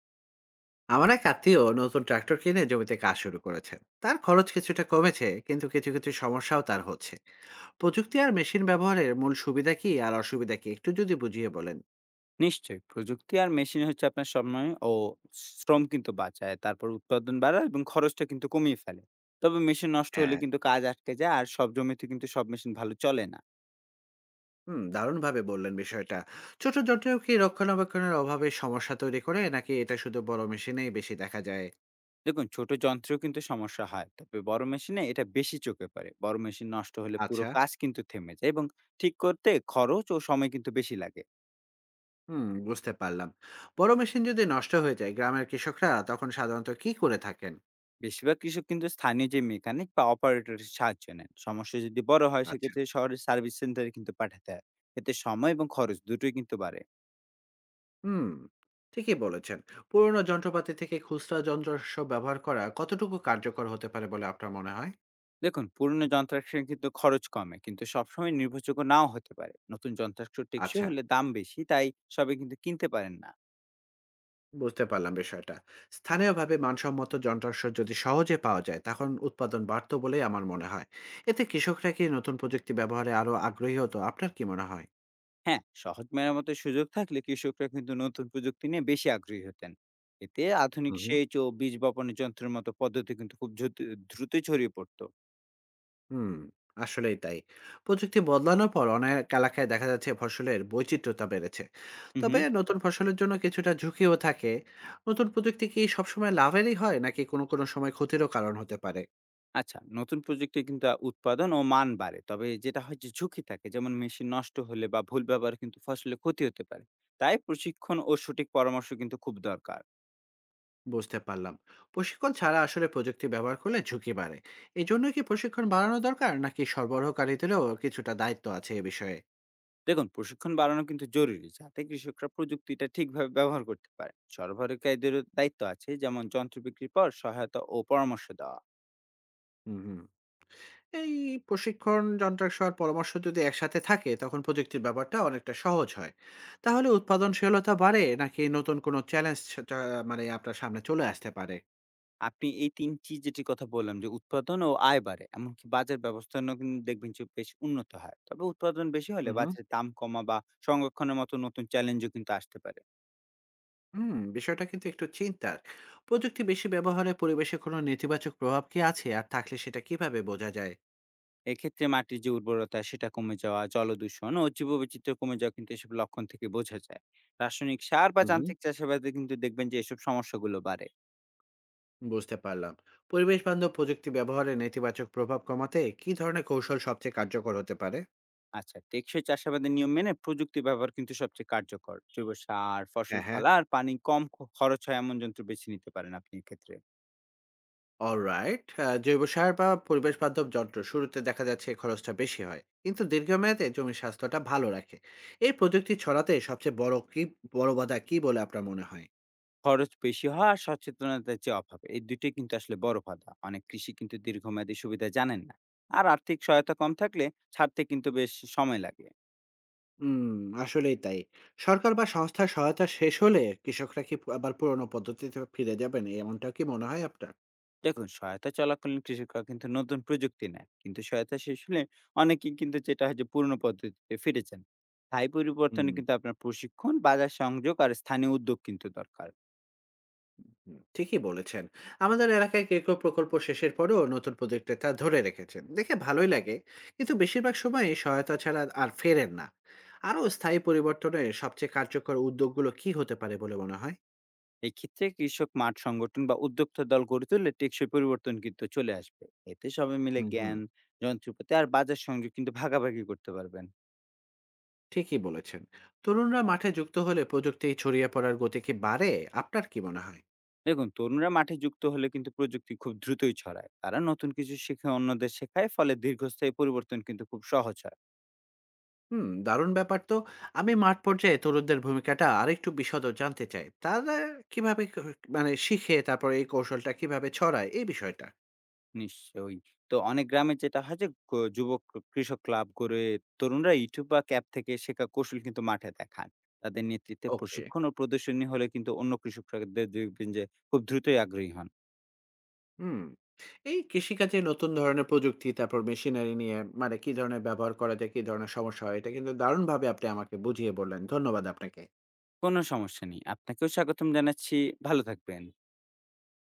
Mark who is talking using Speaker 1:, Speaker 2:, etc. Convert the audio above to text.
Speaker 1: আমার এক আত্মীয় নতুন ট্রাক্টর কিনে জমিতে কাজ শুরু করেছেন। তার খরচ কিছুটা কমেছে, কিন্তু কিছু কিছু সমস্যাও তার হচ্ছে। প্রযুক্তি আর মেশিন ব্যবহারের মূল সুবিধা কি আর অসুবিধা কি একটু যদি বুঝিয়ে বলেন?
Speaker 2: নিশ্চয়ই। প্রযুক্তি আর মেশিন হচ্ছে আপনার সময় ও শ্রম কিন্তু বাঁচায়। তারপর উৎপাদন বাড়ায় এবং খরচটা কিন্তু কমিয়ে ফেলে। তবে মেশিন নষ্ট হলে
Speaker 1: হ্যাঁ।
Speaker 2: কিন্তু কাজ আটকে যায়, আর সব জমিতে কিন্তু সব মেশিন ভালো চলে না।
Speaker 1: দারুণভাবে বললেন বিষয়টা। ছোট যন্ত্রেও কি রক্ষণাবেক্ষণের অভাবে সমস্যা তৈরি করে, নাকি এটা শুধু বড় মেশিনেই বেশি দেখা যায়?
Speaker 2: দেখুন, ছোট যন্ত্রেও কিন্তু সমস্যা হয়। তবে বড় মেশিনে এটা বেশি চোখে পড়ে। বড় মেশিন নষ্ট হলে পুরো
Speaker 1: আচ্ছা।
Speaker 2: কাজ কিন্তু থেমে যায় এবং ঠিক করতে খরচ ও সময় কিন্তু বেশি লাগে।
Speaker 1: বুঝতে পারলাম। বড় মেশিন যদি নষ্ট হয়ে যায়, গ্রামের কৃষকরা তখন সাধারণত কি করে থাকেন?
Speaker 2: বেশিরভাগ কৃষক কিন্তু স্থানীয় যে মেকানিক বা অপারেটরের সাহায্য নেন। সমস্যা যদি বড় হয়,
Speaker 1: আচ্ছা।
Speaker 2: সেক্ষেত্রে শহরের সার্ভিস সেন্টারে কিন্তু পাঠাতে হয়। এতে সময় এবং খরচ দুটোই কিন্তু বাড়ে।
Speaker 1: হুম, ঠিকই বলেছেন। পুরোনো যন্ত্রপাতি থেকে খুচরা যন্ত্রাংশ ব্যবহার করা কতটুকু কার্যকর হতে পারে বলে আপনার মনে হয়?
Speaker 2: দেখুন, পুরনো যন্ত্রাংশে কিন্তু খরচ কমে, কিন্তু সবসময় নির্ভরযোগ্য নাও হতে পারে। নতুন যন্ত্রাংশ টেকসই
Speaker 1: আচ্ছা,
Speaker 2: হলে দাম বেশি, তাই সবাই কিন্তু কিনতে পারেন না।
Speaker 1: বুঝতে পারলাম বিষয়টা। স্থানীয়ভাবে মানসম্মত যন্ত্রাংশ যদি সহজে পাওয়া যায়, তখন উৎপাদন বাড়ত বলেই আমার মনে হয়। এতে কৃষকরা কি নতুন প্রযুক্তি ব্যবহারে আরো আগ্রহী হতো? আপনার কি মনে হয়?
Speaker 2: হ্যাঁ, সহজ মেরামতের সুযোগ থাকলে কৃষকরা কিন্তু নতুন প্রযুক্তি নিয়ে বেশি আগ্রহী হতেন। এতে আধুনিক
Speaker 1: হুম।
Speaker 2: সেচ ও বীজ বপনের যন্ত্রের মতো পদ্ধতি কিন্তু খুব দ্রুতই ছড়িয়ে পড়তো।
Speaker 1: হুম, আসলেই তাই। প্রযুক্তি বদলানোর পর অনেক এলাকায় দেখা যাচ্ছে ফসলের বৈচিত্র্যতা বেড়েছে।
Speaker 2: হুম
Speaker 1: তবে
Speaker 2: হুম।
Speaker 1: নতুন ফসলের জন্য কিছুটা ঝুঁকিও থাকে। নতুন প্রযুক্তি কি সবসময় লাভেরই হয়, নাকি কোনো, কোনো সময় ক্ষতিরও কারণ হতে পারে?
Speaker 2: আচ্ছা, নতুন প্রযুক্তি কিন্তু উৎপাদন ও মান বাড়ে, তবে যেটা হয় যে ঝুঁকি থাকে, যেমন মেশিন নষ্ট হলে বা ভুল ব্যবহার কিন্তু ফসলে ক্ষতি হতে পারে। তাই প্রশিক্ষণ ও সঠিক পরামর্শ কিন্তু খুব দরকার।
Speaker 1: বুঝতে পারলাম। প্রশিক্ষণ ছাড়া আসলে প্রযুক্তি ব্যবহার করলে ঝুঁকি বাড়ে। এজন্য কি প্রশিক্ষণ বাড়ানো দরকার, নাকি সরবরাহকারীদেরও কিছুটা দায়িত্ব আছে এ বিষয়ে?
Speaker 2: দেখুন, প্রশিক্ষণ বাড়ানো কিন্তু জরুরি, যাতে কৃষকরা প্রযুক্তিটা ঠিকভাবে ব্যবহার করতে পারে। সরবরাহকারীদেরও দায়িত্ব আছে, যেমন যন্ত্র বিক্রির পর সহায়তা ও পরামর্শ দেওয়া।
Speaker 1: হুম, হুম। এই প্রশিক্ষণ, যন্ত্রাংশ আর পরামর্শ যদি একসাথে থাকে, তখন প্রযুক্তির ব্যাপারটা অনেকটা সহজ হয়। তাহলে উৎপাদনশীলতা বাড়ে, নাকি নতুন কোনো চ্যালেঞ্জ মানে আপনার সামনে চলে আসতে পারে?
Speaker 2: আপনি এই তিনটি যেটি কথা বললাম, যে উৎপাদন ও আয় বাড়ে, এমনকি বাজার ব্যবস্থাপনাও কিন্তু দেখবেন যে বেশ উন্নত হয়। তবে উৎপাদন বেশি হলে
Speaker 1: হুম,
Speaker 2: বাজারে দাম কমা বা সংরক্ষণের মতো নতুন চ্যালেঞ্জও কিন্তু আসতে পারে।
Speaker 1: হুম। বিষয়টা কিন্তু একটু চিন্তার। প্রযুক্তি বেশি ব্যবহারে পরিবেশে কোনো নেতিবাচক প্রভাব কি আছে, আর থাকলে সেটা কিভাবে বোঝা যায়?
Speaker 2: এক্ষেত্রে মাটির যে উর্বরতা সেটা কমে যাওয়া, জলদূষণ ও জীববৈচিত্র্য কমে যাওয়া কিন্তু এসব লক্ষণ থেকে বোঝা যায়। রাসায়নিক সার বা
Speaker 1: হুম
Speaker 2: যান্ত্রিক চাষাবাদে কিন্তু দেখবেন যে এসব সমস্যাগুলো বাড়ে।
Speaker 1: বুঝতে পারলাম। পরিবেশ বান্ধব প্রযুক্তি ব্যবহারে নেতিবাচক প্রভাব কমাতে কি ধরনের কৌশল সবচেয়ে কার্যকর হতে পারে?
Speaker 2: আচ্ছা, টেকসই চাষাবাদের নিয়ম মেনে প্রযুক্তি ব্যবহার কিন্তু সবচেয়ে কার্যকর। জৈব সার, ফসল
Speaker 1: হ্যাঁ, হ্যাঁ।
Speaker 2: ফেলা আর পানি কম খরচ হয় এমন যন্ত্র বেছে নিতে পারেন আপনি এক্ষেত্রে।
Speaker 1: অলরাইট। জৈব সার বা পরিবেশ বান্ধব যন্ত্র শুরুতে দেখা যাচ্ছে খরচটা বেশি হয়। কিন্তু দীর্ঘমেয়াদে জমির স্বাস্থ্যটা ভালো রাখে। এই প্রযুক্তি ছড়াতে সবচেয়ে বড় বাধা কি বলে আপনার মনে হয়?
Speaker 2: খরচ বেশি হওয়া আর সচেতনতার যে অভাব, এই দুটোই কিন্তু আসলে বড় বাধা। অনেক কৃষি কিন্তু দীর্ঘমেয়াদী সুবিধা জানেন না। আর আর্থিক সহায়তা কম থাকলে ছাড়তে কিন্তু বেশ সময় লাগে।
Speaker 1: উম আসলেই তাই। সরকার বা সংস্থার সহায়তা শেষ হলে কৃষকরা কি আবার পুরনো পদ্ধতিতে ফিরে যাবেন, এমনটা কি মনে হয় আপনার?
Speaker 2: দেখুন, সহায়তা চলাকালীন কৃষকরা কিন্তু নতুন প্রযুক্তি নেয়, কিন্তু সহায়তা শেষ হলে অনেকেই কিন্তু যেটা হয় যে পুরনো পদ্ধতিতে ফিরে যান। স্থায়ী পরিবর্তনে
Speaker 1: হুম।
Speaker 2: কিন্তু আপনার প্রশিক্ষণ, বাজার সংযোগ আর স্থানীয় উদ্যোগ কিন্তু দরকার।
Speaker 1: ঠিকই বলেছেন। আমাদের এলাকায় কেউ কেউ প্রকল্প শেষের পরেও নতুন প্রজেক্টে তা ধরে রেখেছেন, দেখে ভালোই লাগে। কিন্তু বেশিরভাগ সময় সহায়তা ছাড়া আর ফেরেন না। আরও স্থায়ী পরিবর্তনের সবচেয়ে কার্যকর উদ্যোগগুলো কি হতে পারে বলে মনে হয়?
Speaker 2: এক্ষেত্রে কৃষক মাঠ সংগঠন বা উদ্যোক্তা দল গড়ে তুললে টেকসই পরিবর্তন কিন্তু চলে আসবে। এতে সবাই মিলে
Speaker 1: হুম, হুম।
Speaker 2: জ্ঞান, যন্ত্রপাতি আর বাজার সংযোগ কিন্তু ভাগাভাগি করতে পারবেন।
Speaker 1: ঠিকই বলেছেন। তরুণরা মাঠে যুক্ত হলে প্রযুক্তি ছড়িয়ে পড়ার গতি কি বাড়ে? আপনার কি মনে হয়?
Speaker 2: দেখুন, তরুণরা মাঠে যুক্ত হলে কিন্তু প্রযুক্তি খুব দ্রুতই ছড়ায়। তারা নতুন কিছু শিখে অন্যদের শেখায়, ফলে দীর্ঘস্থায়ী পরিবর্তন কিন্তু খুব সহজ হয়।
Speaker 1: দারুণ ব্যাপার তো। আমি মাঠ পর্যায়ে তরুণদের ভূমিকাটা আরেকটু বিশদ জানতে চাই। তারা কিভাবে ক- মানে শিখে, তারপর এই কৌশলটা কিভাবে ছড়ায়, এই বিষয়টা।
Speaker 2: নিশ্চয়ই। তো অনেক গ্রামে যেটা হয় যে যুবক কৃষক ক্লাব করে। তরুণরা ইউটিউব বা ক্যাপ থেকে শেখা কৌশল কিন্তু মাঠে দেখান। তাদের নেতৃত্বে
Speaker 1: ওকে।
Speaker 2: প্রশিক্ষণ ও প্রদর্শনী হলে কিন্তু অন্য কৃষকরা দেখবেন যে খুব দ্রুতই আগ্রহী হন।
Speaker 1: হুম এই কৃষিকাজে নতুন ধরনের প্রযুক্তি, তারপর মেশিনারি নিয়ে মানে কি ধরনের ব্যবহার করা যায়, কি ধরনের সমস্যা হয়, এটা কিন্তু দারুণভাবে আপনি আমাকে বুঝিয়ে বললেন। ধন্যবাদ আপনাকে।
Speaker 2: কোনো সমস্যা নেই। আপনাকেও স্বাগতম জানাচ্ছি। ভালো থাকবেন।